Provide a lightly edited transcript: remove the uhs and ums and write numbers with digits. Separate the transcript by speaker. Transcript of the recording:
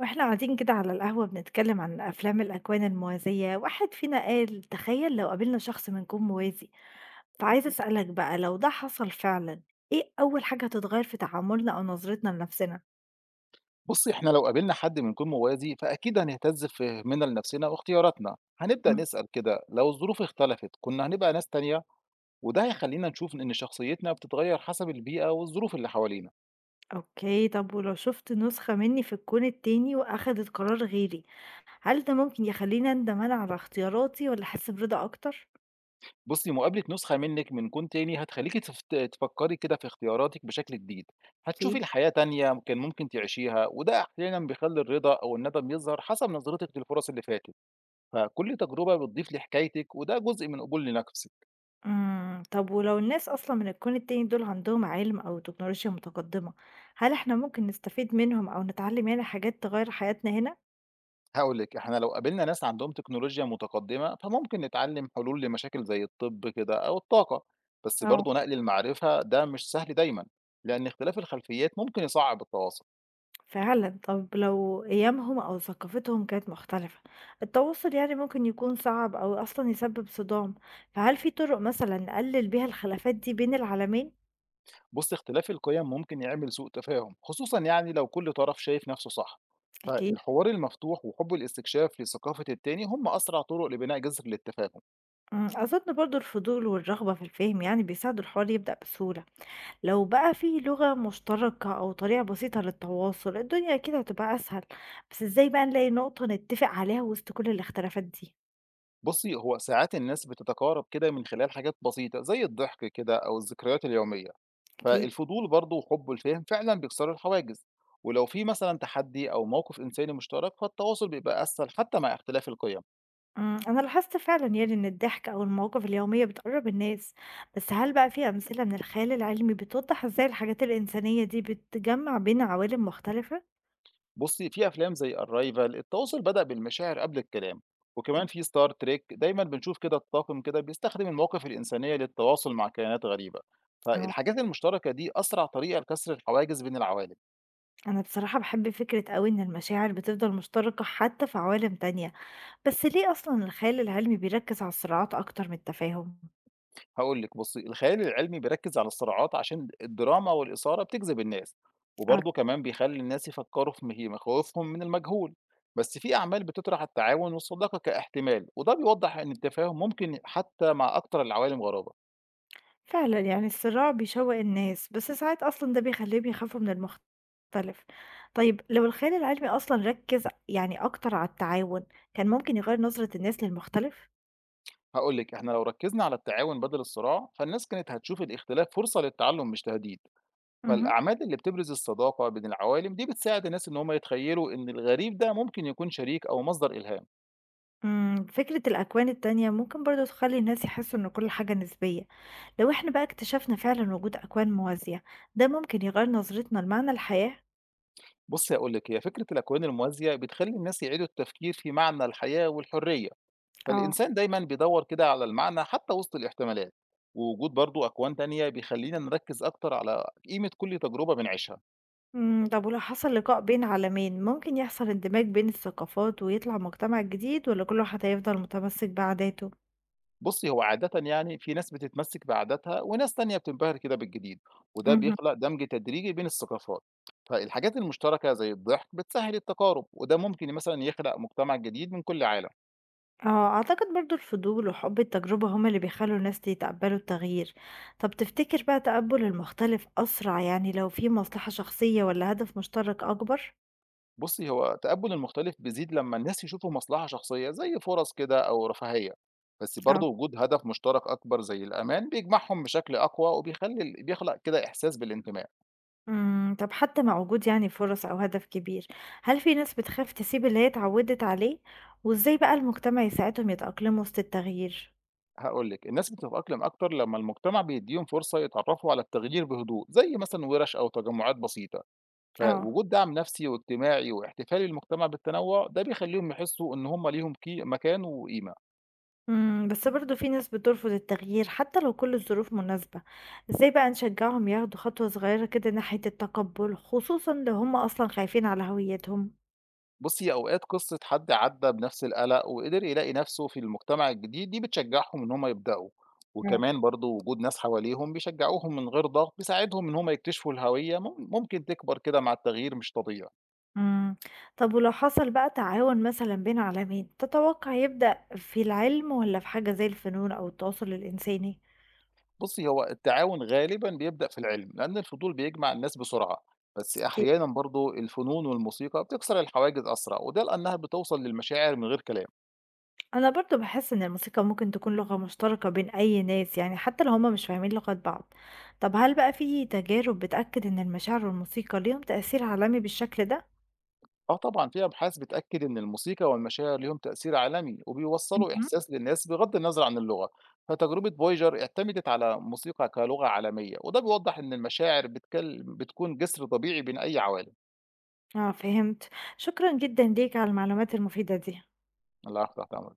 Speaker 1: واحنا قاعدين كده على القهوة بنتكلم عن أفلام الأكوان الموازية. واحد فينا قال: تخيل لو قابلنا شخص من كون موازي. فعايز أسألك بقى، لو ده حصل فعلا، إيه أول حاجة هتتغير في تعاملنا أو نظرتنا لنفسنا؟
Speaker 2: بصي، احنا لو قابلنا حد من كون موازي فأكيد هنهتز في فهمنا لنفسنا واختياراتنا. هنبدأ
Speaker 1: مم.
Speaker 2: نسأل كده، لو الظروف اختلفت كنا هنبقى ناس تانية. وده هيخلينا نشوف إن شخصيتنا بتتغير حسب البيئة والظروف اللي حوالينا.
Speaker 1: أوكي. طب ولو شفت نسخة مني في الكون التاني وأخدت قرار غيري، هل ده ممكن يخليني أندم أنا على اختياراتي ولا أحس برضا أكتر؟
Speaker 2: بصي، مقابلة نسخة منك من كون تاني هتخليكي تفكري كده في اختياراتك بشكل جديد. هتشوفي
Speaker 1: أكيد.
Speaker 2: الحياة تانية كان ممكن تعيشيها، وده أحيانا بيخلي الرضا أو الندم يظهر حسب نظرتك للفرص اللي فاتت. فكل تجربة بتضيف لحكايتك، وده جزء من قبول لنفسك.
Speaker 1: طب ولو الناس أصلًا من الكون التاني دول عندهم علم أو تكنولوجيا متقدمة، هل إحنا ممكن نستفيد منهم أو نتعلم يعني حاجات تغيّر حياتنا هنا؟
Speaker 2: هاقول لِك، إحنا لو قابلنا ناس عندهم تكنولوجيا متقدمة، فممكن نتعلم حلول لمشاكل زي الطب كده أو الطاقة، بس
Speaker 1: آه.
Speaker 2: برضه نقل المعرفة ده مش سهل دايمًا، لأن اختلاف الخلفيات ممكن يصعّب التواصل.
Speaker 1: فعلًا، طب لو قيمهم أو ثقافتهم كانت مختلفة، التواصل يعني ممكن يكون صعب أو أصلًا يسبب صدام، فهل في طرق مثلًا نقلل بيها الخلافات دي بين العالمين؟
Speaker 2: بُصّي، اختلاف القيم ممكن يعمل سوء تفاهم، خصوصًا يعني لو كل طرف شايف نفسه صح.
Speaker 1: أكيد.
Speaker 2: فالحوار المفتوح وحب الاستكشاف لثقافة التاني هم أسرع طرق لبناء جسر للتفاهم.
Speaker 1: أظن برضه الفضول والرغبة في الفهم يعني بيساعدوا الحوار يبدأ بسهولة. لو بقى في لغة مشتركة أو طريقة بسيطة للتواصل، الدنيا أكيد هتبقى أسهل. بس إزاي بقى نلاقي نقطة نتفق عليها وسط كل الاختلافات دي؟
Speaker 2: بُصّي، هو ساعات الناس بتتقارب كده من خلال حاجات بسيطة زي الضحك كده أو الذكريات اليومية.
Speaker 1: أكيد.
Speaker 2: فالفضول برضه وحب الفهم فعلا بيكسروا الحواجز. ولو في مثلا تحدي او موقف انساني مشترك فالتواصل بيبقى اسهل حتى مع اختلاف القيم.
Speaker 1: أنا لاحظت فعلا يعني إن الضحك أو المواقف اليومية بتقرب الناس. بس هل بقى في أمثلة من الخيال العلمي بتوضح إزاي الحاجات الإنسانية دي بتجمع بين عوالم مختلفة؟
Speaker 2: بصي، في افلام زي الرايفل التواصل بدأ بالمشاعر قبل الكلام. وكمان في ستار تريك دايما بنشوف كده الطاقم كده بيستخدم المواقف الانسانيه للتواصل مع كائنات غريبه.
Speaker 1: اه.
Speaker 2: فالحاجات المشتركه دي اسرع طريقه لكسر الحواجز بين العوالم.
Speaker 1: أنا بصراحة بحب فكرة أوي إن المشاعر بتفضل مشتركة حتى في عوالم تانية. بس ليه أصلا الخيال العلمي بيركز على الصراعات أكتر من التفاهم؟
Speaker 2: هاقول لِك بُصّي، الخيال العلمي بيركّز على الصراعات عشان الدراما والإثارة بتجذب الناس، وبرضه كمان بيخلّي الناس يفكّروا في مخاوفهم من المجهول، بس في أعمال بتطرح التعاون والصداقة كاحتمال، وده بيوضّح إن التفاهم ممكن حتى مع أكتر العوالم غرابة.
Speaker 1: فعلًا، يعني الصراع بيشوّق الناس، بس ساعات أصلًا ده بيخلّيهم يخافوا من المختلف. طيب لو الخيال العلمي أصلًا ركّز يعني أكتر على التعاون، كان ممكن يغيّر نظرة الناس للمختلف؟
Speaker 2: هاقول لِك، إحنا لو ركّزنا على التعاون بدل الصراع، فالناس كانت هتشوف الاختلاف فرصة للتعلم مش تهديد.
Speaker 1: اهم.
Speaker 2: فالأعمال اللي بتبرز الصداقة بين العوالم دي بتساعد الناس إن هم يتخيّلوا إن الغريب ده ممكن يكون شريك أو مصدر إلهام.
Speaker 1: فكرة الأكوان التانية ممكن برضه تخلّي الناس يحسّوا إن كل حاجة نسبية. لو إحنا بقى اكتشفنا فعلًا وجود أكوان موازية، ده ممكن يغيّر نظرتنا لمعنى الحياة؟
Speaker 2: بُصّي هاقول لِك، هي فكرة الأكوان الموازية بتخلّي الناس يعيدوا التفكير في معنى الحياة والحرية،
Speaker 1: آه.
Speaker 2: فالإنسان دايمًا بيدوّر كده على المعنى حتى وسط الاحتمالات. ووجود برضه أكوان تانية بيخلّينا نركّز أكتر على قيمة كل تجربة بنعيشها.
Speaker 1: طب ولو حصل لقاء بين عالمين، ممكن يحصل اندماج بين الثقافات ويطلع مجتمع جديد والّا كل واحد هيفضل متمسك بعاداته؟
Speaker 2: بُصّي، هو عادةً يعني في ناس بتتمسّك بعاداتها وناس تانية بتنبهر كده بالجديد، وده
Speaker 1: اهم.
Speaker 2: بيخلق دمج تدريجي بين الثقافات. فالحاجات المشتركة زي الضحك بتسهّل التقارب، وده ممكن مثلًا يخلق مجتمع جديد من كل عالم.
Speaker 1: آه، أعتقد برضه الفضول وحب التجربة هما اللي بيخلّوا الناس يتقبّلوا التغيير. طب تفتكر بقى تقبُّل المختلف أسرع يعني لو في مصلحة شخصية والّا هدف مشترك أكبر؟
Speaker 2: بُصّي، هو تقبُّل المختلف بيزيد لمّا الناس يشوفوا مصلحة شخصية زي فرص كده أو رفاهية، بس
Speaker 1: آه.
Speaker 2: برضه وجود هدف مشترك أكبر زي الأمان بيجمعهم بشكل أقوى وبيخلّي بيخلق كده إحساس بالانتماء.
Speaker 1: طب حتى مع وجود يعني فرص أو هدف كبير، هل في ناس بتخاف تسيب اللي هي اتعوّدت عليه؟ وإزاي بقى المجتمع يساعدهم يتأقلموا وسط التغيير؟
Speaker 2: هاقول لِك، الناس بتتأقلم أكتر لمّا المجتمع بيدّيهم فرصة يتعرّفوا على التغيير بهدوء، زي مثلًا وِرَش أو تجمُّعات بسيطة،
Speaker 1: آه.
Speaker 2: فوجود دعم نفسي واجتماعي واحتفال المجتمع بالتنوُّع ده بيخلّيهم يحسّوا إن هم ليهم مكان وقيمة.
Speaker 1: بس برضه في ناس بترفض التغيير حتى لو كل الظروف مناسبة. ازاي بقى نشجعهم ياخدوا خطوة صغيرة كده ناحية التقبل، خصوصا لو هم أصلا خايفين على هويتهم؟
Speaker 2: بُصّي، أوقات قصة حد عدّى بنفس القلق وقدر يلاقي نفسه في المجتمع الجديد، دي بتشجّعهم إن هم يبدأوا،
Speaker 1: آه.
Speaker 2: وكمان برضه وجود ناس حواليهم بيشجّعوهم من غير ضغط، بيساعدهم إن هم يكتشفوا الهوية ممكن تكبر كده مع التغيير مش تضييع.
Speaker 1: امم طب ولو حصل بقى تعاون مثلا بين عالمين، تتوقع يبدأ في العلم ولا في حاجة زي الفنون أو التواصل الإنساني؟
Speaker 2: بُصّي، هو التعاون غالبًا بيبدأ في العلم، لأن الفضول بيجمع الناس بسرعة، بس
Speaker 1: أكيد.
Speaker 2: أحيانًا برضه الفنون والموسيقى بتكسر الحواجز أسرع، وده لأنها بتوصل للمشاعر من غير كلام.
Speaker 1: أنا برضه بحس إن الموسيقى ممكن تكون لغة مشتركة بين أي ناس، يعني حتى لو هم مش فاهمين لغات بعض. طب هل بقى في تجارب بتأكد إن المشاعر والموسيقى ليهم تأثير عالمي بالشكل ده؟
Speaker 2: آه طبعًا، في أبحاث بتأكد إن الموسيقى والمشاعر ليهم تأثير عالمي، وبيوصّلوا
Speaker 1: اهم.
Speaker 2: إحساس للناس بغض النظر عن اللغة، فتجربة Voyager اعتمدت على موسيقى كلغة عالمية، وده بيوضّح إن المشاعر بتكون جسر طبيعي بين أي عوالم.
Speaker 1: آه، فهمت. شكرًا جدًا ليك على المعلومات المفيدة دي.
Speaker 2: الله يفتح عليك.